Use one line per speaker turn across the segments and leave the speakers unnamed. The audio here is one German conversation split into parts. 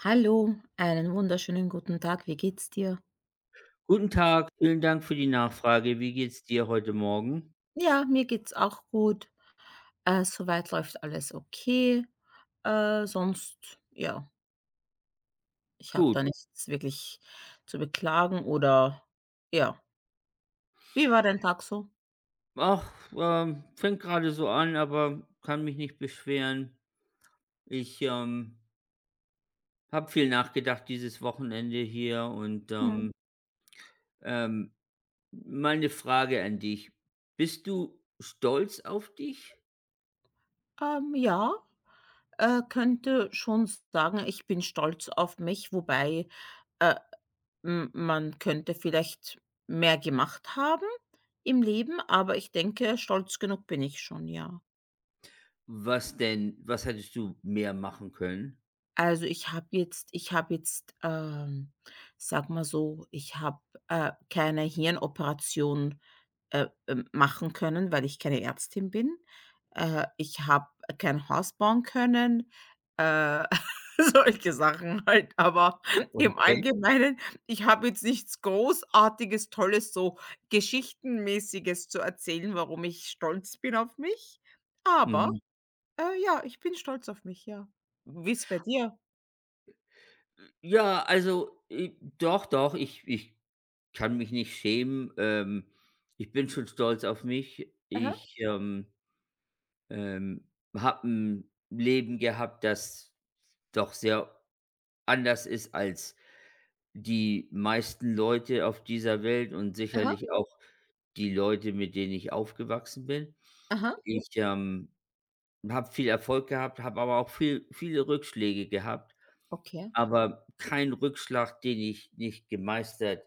Hallo, einen wunderschönen guten Tag. Wie geht's dir?
Guten Tag, vielen Dank für die Nachfrage. Wie geht's dir heute Morgen?
Ja, mir geht's auch gut. Soweit läuft alles okay. Sonst, ja, ich habe da
Gut.
nichts wirklich zu beklagen oder ja. Wie war dein Tag so?
Ach, fängt gerade so an, aber kann mich nicht beschweren. Ich habe viel nachgedacht dieses Wochenende hier und
Mhm.
ähm, meine Frage an dich. Bist du stolz auf dich?
Ja, könnte schon sagen, ich bin stolz auf mich, wobei äh, man könnte vielleicht mehr gemacht haben im Leben, aber ich denke, stolz genug bin ich schon, ja.
Was denn? Was hättest du mehr machen können?
Also, ich habe jetzt, sage mal so, ich habe, keine Hirnoperation machen können, weil ich keine Ärztin bin. Ich habe kein Haus bauen können, äh, solche Sachen halt. Aber im
Okay.
Allgemeinen, ich habe jetzt nichts Großartiges, Tolles, so Geschichtenmäßiges zu erzählen, warum ich stolz bin auf mich. Aber,
Mhm.
ja, ich bin stolz auf mich, ja. Wie ist es bei dir?
Ja, also, doch, doch, ich kann mich nicht schämen. Ich bin schon stolz auf mich. Ich, ähm, habe ein Leben gehabt, das doch sehr anders ist als die meisten Leute auf dieser Welt und
Aha,
sicherlich auch die Leute, mit denen ich aufgewachsen bin.
aha,
Ich, habe viel Erfolg gehabt, habe aber auch viele Rückschläge gehabt,
okay.
aber kein Rückschlag, den ich nicht gemeistert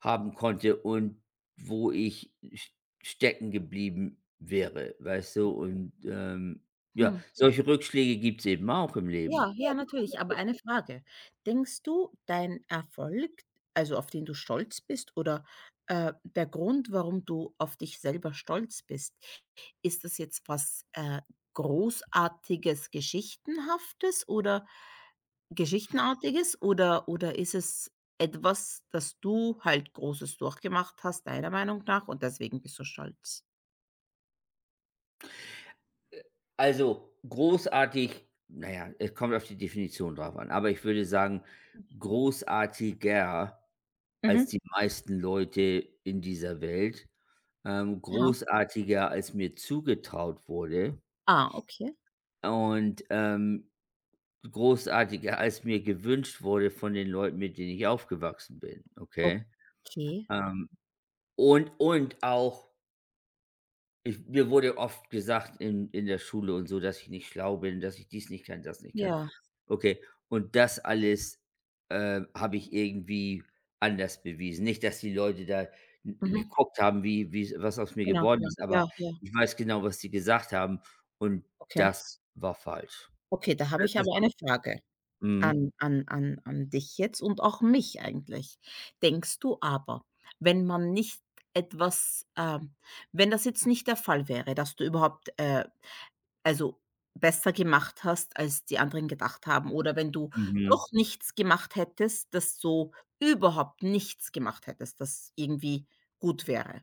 haben konnte und wo ich s stecken geblieben wäre, weißt du? Und, ja,
Hm.
solche Rückschläge gibt's eben auch im Leben.
Ja,
Ja.
ja, natürlich. Aber eine Frage. Denkst du, dein Erfolg, also auf den du stolz bist oder der Grund, warum du auf dich selber stolz bist, ist das jetzt was Großartiges, Geschichtenhaftes oder Geschichtenartiges oder ist es etwas, das du halt Großes durchgemacht hast, deiner Meinung nach, und deswegen bist du stolz?
Also, großartig, naja, es kommt auf die Definition drauf an, aber ich würde sagen, großartiger als
Mhm.
die meisten Leute in dieser Welt,
Aha.
großartiger als mir zugetraut wurde
Ah, okay.
und, großartiger, als mir gewünscht wurde von den Leuten, mit denen ich aufgewachsen bin, okay?
Okay.
Ähm, und auch, ich mir wurde oft gesagt in der Schule und so, dass ich nicht schlau bin, dass ich dies nicht kann, das nicht kann.
Ja,
Okay, und das alles, habe ich irgendwie anders bewiesen. Nicht, dass die Leute da n
mhm.
geguckt haben, wie wie was aus mir
Genau,
geworden
genau.
ist,
Ja,
aber
ja,
ich weiß genau, was sie gesagt haben, und
okay.
das war falsch.
Okay, da habe
D
ich
das
aber
war.
eine Frage
Mhm.
an dich jetzt und auch mich eigentlich. Denkst du aber, wenn man nicht etwas, wenn das jetzt nicht der Fall wäre, dass du überhaupt, also besser gemacht hast, als die anderen gedacht haben oder wenn du
Mhm.
doch nichts gemacht hättest, dass du überhaupt nichts gemacht hättest, das irgendwie gut wäre?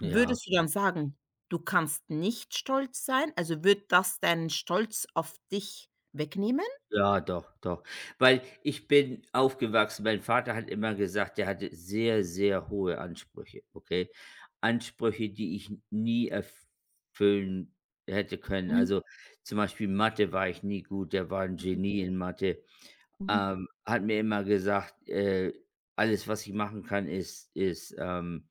Ja.
Würdest du dann sagen, du kannst nicht stolz sein? Also, wird das deinen Stolz auf dich wegnehmen?
Ja, doch, doch. Weil ich bin aufgewachsen, mein Vater hat immer gesagt, der hatte sehr, sehr hohe Ansprüche, okay? Ansprüche, die ich nie erfüllen hätte können.
Mhm,
Also, zum Beispiel Mathe war ich nie gut, der war ein Genie in Mathe.
mhm,
Hat mir immer gesagt, alles, was ich machen kann, ist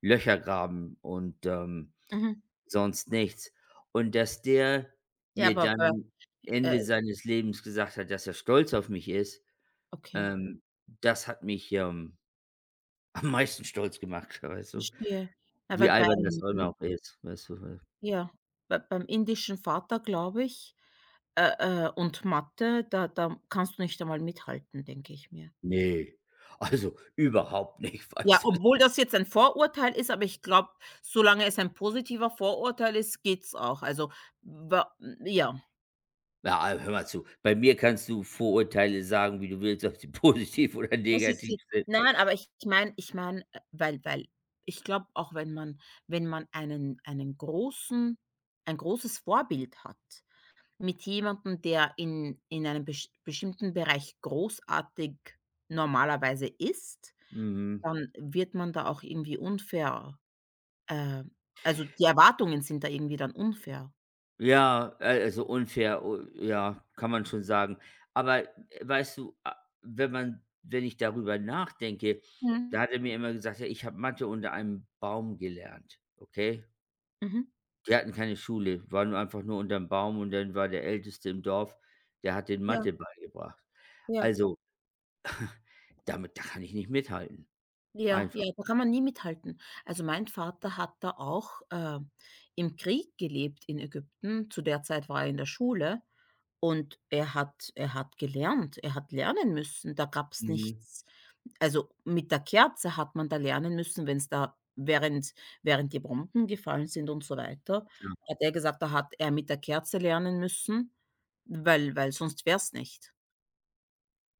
Löcher graben und,
mhm.
sonst nichts. Und dass der
Ja,
mir
aber,
dann
äh,
Ende seines Lebens gesagt hat, dass er stolz auf mich ist,
okay,
ähm, das hat mich, am meisten stolz gemacht, weißt du?
verstehe. Ja,
Wie
weil
albern das
beim
auch immer
in
auch ist, weißt du?
ja, beim indischen Vater, glaube ich, und Mathe, da kannst du nicht einmal mithalten, denke ich mir.
Ne, also überhaupt nicht,
Ja,
weißt du?
obwohl das jetzt ein Vorurteil ist, aber ich glaube, solange es ein positiver Vorurteil ist, geht's auch. Also, wa ja.
Na, al hör mal zu, bei mir kannst du Vorurteile sagen, wie du willst, ob sie positiv oder
Das ist
negativ
die
sind.
nein, aber ich meine, weil ich glaube, auch wenn man wenn man ein großes Vorbild hat, mit jemandem, der in einem besch bestimmten Bereich großartig normalerweise ist,
Mhm.
dann wird man da auch irgendwie unfair, äh also, die Erwartungen sind da irgendwie dann unfair.
Ja, also unfair, o ja, kann man schon sagen. Aber, weißt du, a wenn man wenn ich darüber nachdenke,
Mhm.
da hat er mir immer gesagt: „Ja, ich habe Mathe unter einem Baum gelernt", okay?
Mhm.
Die hatten keine Schule, waren einfach nur unterm Baum, und dann war der Älteste im Dorf, der hat den
Ja,
Mathe beigebracht.
ja.
Also, damit da kann ich nicht mithalten.
Ja,
Einfach.
ja, da kann man nie mithalten. Also, mein Vater hat da auch, im Krieg gelebt in Ägypten. Zu der Zeit war er in der Schule und er hat gelernt. Er hat lernen müssen. Da gab's
Mhm.
nichts also, mit der Kerze hat man da lernen müssen, wenn's da während die Bomben gefallen sind und so weiter, hat er gesagt, da hat er mit der Kerze lernen müssen, weil sonst wär's nicht.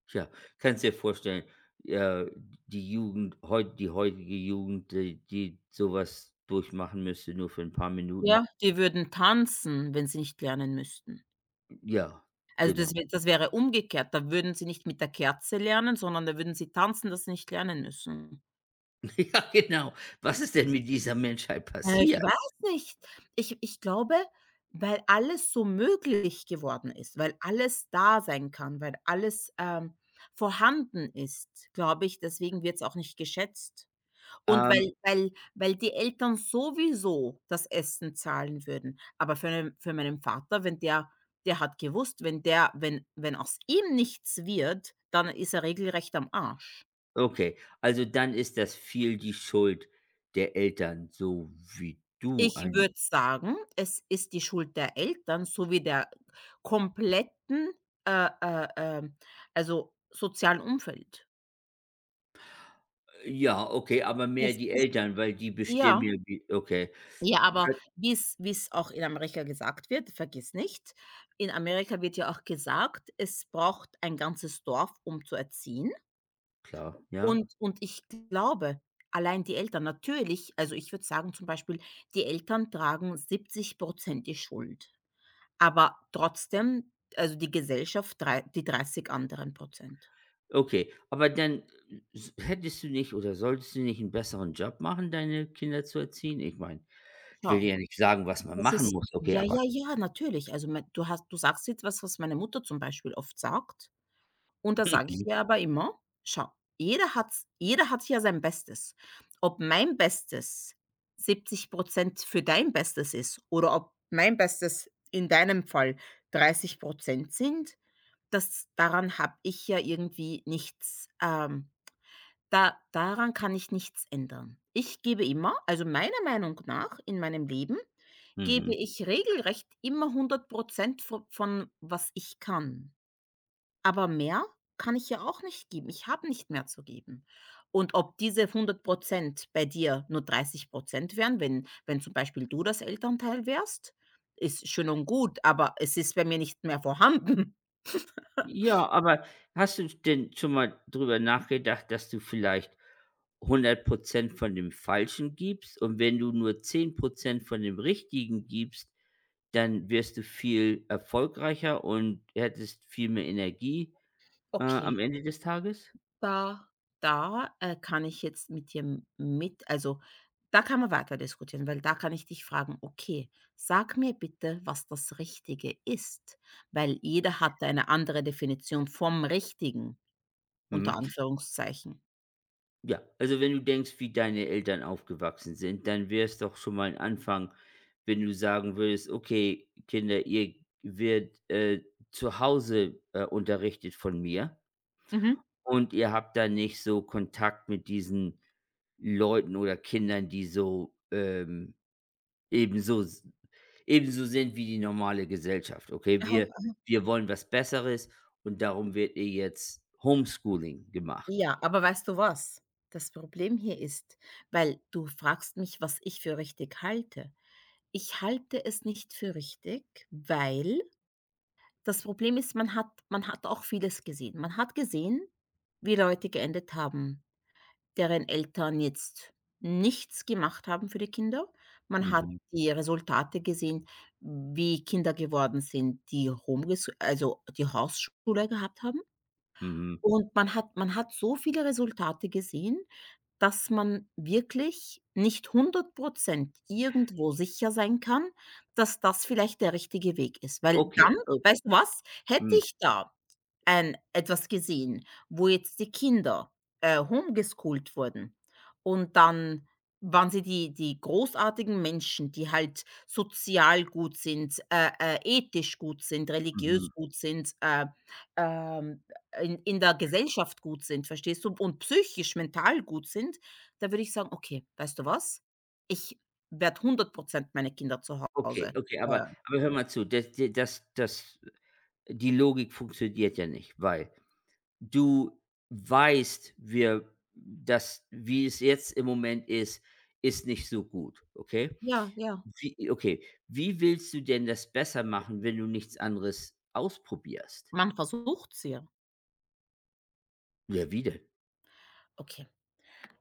Tja, kannst dir vorstellen, äh, die heutige Jugend, die so durchmachen müsste, nur für ein paar Minuten.
Ja, die würden tanzen, wenn sie nicht lernen müssten.
Ja,
Also,
genau.
das wäre umgekehrt. Da würden sie nicht mit der Kerze lernen, sondern da würden sie tanzen, das sie nicht lernen müssen.
Ja, genau. Was ist denn mit dieser Menschheit
Ich
passiert?
weiß nicht. Ich glaube, weil alles so möglich geworden ist, weil alles da sein kann, weil alles, vorhanden ist, glaube ich, deswegen wird es auch nicht geschätzt. Und
Ähm,
weil die Eltern sowieso das Essen zahlen würden. Aber für meinen Vater, wenn der der hat gewusst, wenn der wenn wenn aus ihm nichts wird, dann ist er regelrecht am Arsch.
okay, also dann ist das viel die Schuld der Eltern, so wie du
Ich
ein
würde sagen, es ist die Schuld der Eltern sowie der kompletten, äh, äh, ähm, also sozialen Umfeld.
ja, okay, aber mehr
Es
die
ist
Eltern, weil die bestimmen
ja.
ja, wie, okay,
Ja, aber wie es auch in Amerika gesagt wird, vergiss nicht, in Amerika wird ja auch gesagt, es braucht ein ganzes Dorf, um zu erziehen.
klar, ja.
Und ich glaube, allein die Eltern natürlich also, ich würde sagen zum Beispiel, die Eltern tragen 70 die Schuld, aber trotzdem, also, die Gesellschaft drei die 30 anderen Prozent.
Okay, aber dann, s hättest du nicht oder solltest du nicht einen besseren Job machen, deine Kinder zu erziehen? Ich meine, ich will
Schau,
dir ja nicht sagen, was man
das
machen
ist
muss, okay,
ja,
aber
ja, ja, natürlich. Also, mein du hast du sagst jetzt was, was meine Mutter zum Beispiel oft sagt. Und da sage
mhm,
ich ihr aber immer: „Schau, jeder hat ja sein Bestes. Ob mein Bestes 70 für dein Bestes ist oder ob mein Bestes in deinem Fall 30 sind, das daran habe ich ja irgendwie nichts da daran kann ich nichts ändern.“ Ich gebe immer Also meiner Meinung nach in meinem Leben gebe
mhm.
ich regelrecht immer 100 vo von was ich kann. Aber mehr kann ich ja auch nicht geben. Ich habe nicht mehr zu geben. Und ob diese 100% bei dir nur 30% wären, wenn zum Beispiel du das Elternteil wärst, ist schön und gut, aber es ist bei mir nicht mehr vorhanden.
Ja, aber hast du denn schon mal drüber nachgedacht, dass du vielleicht 100% von dem Falschen gibst und wenn du nur 10% von dem Richtigen gibst, dann wirst du viel erfolgreicher und hättest viel mehr Energie,
Okay,
am Ende des Tages?
da Da, kann ich jetzt mit dir da kann man weiter diskutieren, weil da kann ich dich fragen: „Okay, sag mir bitte, was das Richtige ist“, weil jeder hat eine andere Definition vom Richtigen. Unter
Mhm.
Anführungszeichen.
Ja, also wenn du denkst, wie deine Eltern aufgewachsen sind, dann wäre es doch schon mal ein Anfang, wenn du sagen würdest, okay, Kinder, ihr wird zu Hause unterrichtet von mir,
Mhm.
und ihr habt da nicht so Kontakt mit diesen Leuten oder Kindern, die so, ebenso, s- ebenso sind wie die normale Gesellschaft. Okay,
Aha.
wir wollen was Besseres, und darum wird ihr jetzt Homeschooling gemacht.
Ja, aber weißt du was? Das Problem hier ist, weil du fragst mich, was ich für richtig halte. Ich halte es nicht für richtig, weil das Problem ist, man hat auch vieles gesehen. Man hat gesehen, wie Leute geendet haben, deren Eltern jetzt nichts gemacht haben für die Kinder. Man hat
Mhm.
die Resultate gesehen, wie Kinder geworden sind, die die Hausschule gehabt haben.
Mhm.
Und man hat so viele Resultate gesehen, dass man wirklich nicht 100% irgendwo sicher sein kann, dass das vielleicht der richtige Weg ist. Weil
Okay.
dann
Okay.
weißt du was? Hätte
Mhm.
ich da ein etwas gesehen, wo jetzt die Kinder, homeschooled wurden und dann waren sie die großartigen Menschen, die halt sozial gut sind, ethisch gut sind, religiös
Mhm.
gut sind, ähm, in der Gesellschaft gut sind, verstehst du? Und psychisch, mental gut sind, da würde ich sagen: „Okay, weißt du was? Ich werde 100% meine Kinder zu
Okay,
Hause
okay,
äh,
aber hör mal zu, das das das die Logik funktioniert ja nicht, weil du weißt, wir das wie es jetzt im Moment ist, ist nicht so gut, okay?
ja, ja.
Wie Okay, wie willst du denn das besser machen, wenn du nichts anderes ausprobierst?
Man versucht's ja.
Ja, wie denn?
Okay,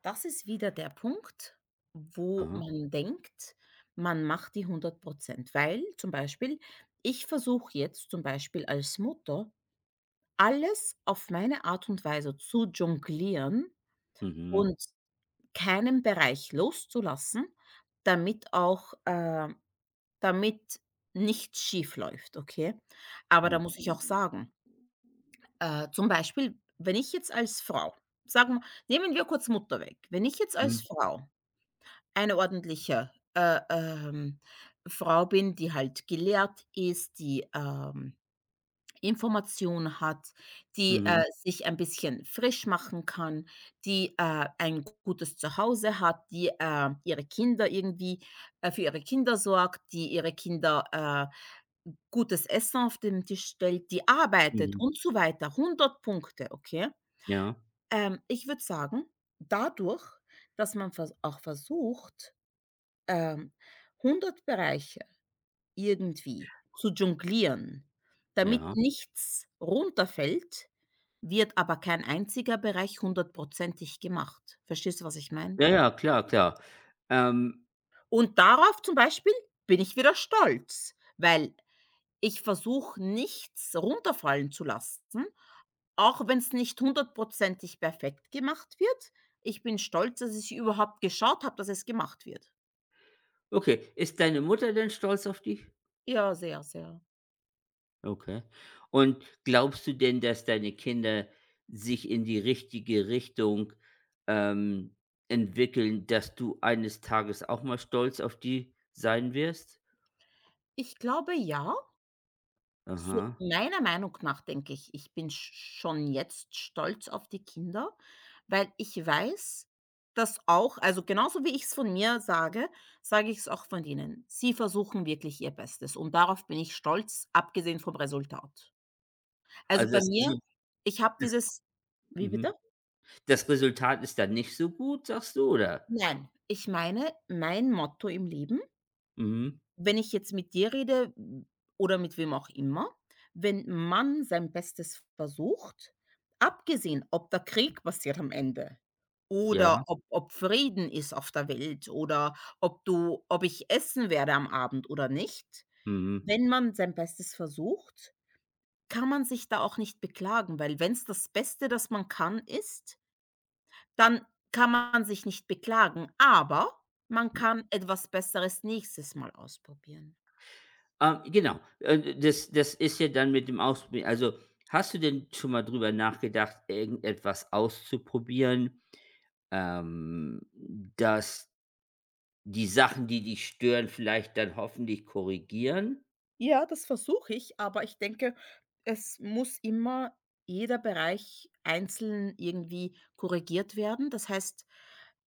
das ist wieder der Punkt, wo
Aha.
man denkt, man macht die 100%, weil zum Beispiel, ich versuche jetzt zum Beispiel als Mutter, alles auf meine Art und Weise zu jonglieren
Mhm.
und keinen Bereich loszulassen, damit auch damit nichts schief läuft, okay? Aber da muss
Mhm.
ich auch sagen, zum Beispiel, wenn ich jetzt als Frau, sagen wir, nehmen wir kurz Mutter weg. Wenn ich jetzt als
Mhm.
Frau eine ordentliche, Frau bin, die halt gelehrt ist, die, Information hat, die,
Mhm.
sich ein bisschen frisch machen kann, die, ein gutes Zuhause hat, die, ihre Kinder irgendwie für ihre Kinder sorgt, die ihre Kinder, gutes Essen auf den Tisch stellt, die arbeitet
Mhm.
und so weiter. Hundert Punkte, okay?
Ja,
Ich würde sagen, dadurch, dass man vers auch versucht, ähm, 100 Bereiche irgendwie zu jonglieren, damit
ja.
nichts runterfällt, wird aber kein einziger Bereich hundertprozentig gemacht. Verstehst du, was ich meine?
Ja, ja, klar, klar. Ähm,
Und darauf zum Beispiel bin ich wieder stolz, weil ich versuche, nichts runterfallen zu lassen, auch wenn es nicht hundertprozentig perfekt gemacht wird. Ich bin stolz, dass ich überhaupt geschaut habe, dass es gemacht wird.
okay, ist deine Mutter denn stolz auf dich?
Ja, sehr, sehr.
Okay. Und glaubst du denn, dass deine Kinder sich in die richtige Richtung, ähm, entwickeln, dass du eines Tages auch mal stolz auf die sein wirst?
Ich glaube, ja. So
Aha.
meiner Meinung nach denke ich, ich bin schon jetzt stolz auf die Kinder, weil ich weiß, dass auch also genauso wie ich es von mir sage, sage ich es auch von ihnen. Sie versuchen wirklich ihr Bestes und darauf bin ich stolz, abgesehen vom Resultat. Also
Also,
bei
das
mir
Resul
ich habe
das
dieses wie bitte?
mhm. Das Resultat ist dann nicht so gut, sagst du, oder?
Nein, ich meine, mein Motto im Leben.
Mhm.
Wenn ich jetzt mit dir rede oder mit wem auch immer, wenn man sein Bestes versucht, abgesehen, ob da Krieg passiert am Ende
Ja.
oder ob Frieden ist auf der Welt oder ob ich essen werde am Abend oder nicht.
Mhm.
Wenn man sein Bestes versucht, kann man sich da auch nicht beklagen, weil wenn es das Beste, das man kann, ist, dann kann man sich nicht beklagen, aber man kann etwas Besseres nächstes Mal ausprobieren.
Genau. Das ist ja dann mit dem Ausprobieren, also, hast du denn schon mal drüber nachgedacht, irgendetwas auszuprobieren, ähm, das die Sachen, die dich stören, vielleicht dann hoffentlich korrigieren?
Ja, das versuche ich, aber ich denke, es muss immer jeder Bereich einzeln irgendwie korrigiert werden. Das heißt,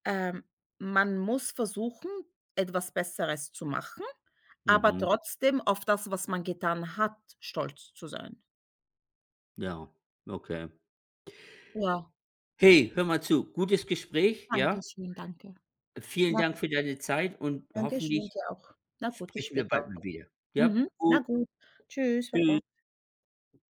ähm, man muss versuchen, etwas Besseres zu machen, aber
Mhm,
trotzdem auf das, was man getan hat, stolz zu sein.
ja, okay.
Ja.
Hey, hör mal zu, gutes Gespräch, ja?
Danke schön, danke.
Vielen
Na,
Dank
gut,
für deine Zeit, und
danke schön,
hoffentlich
dir auch. Na gut, bis
sprechen wir bald
später.
mal wieder. Ja,
Mhm. Na
gut,
gut. Tschüss, baba.
tschüss.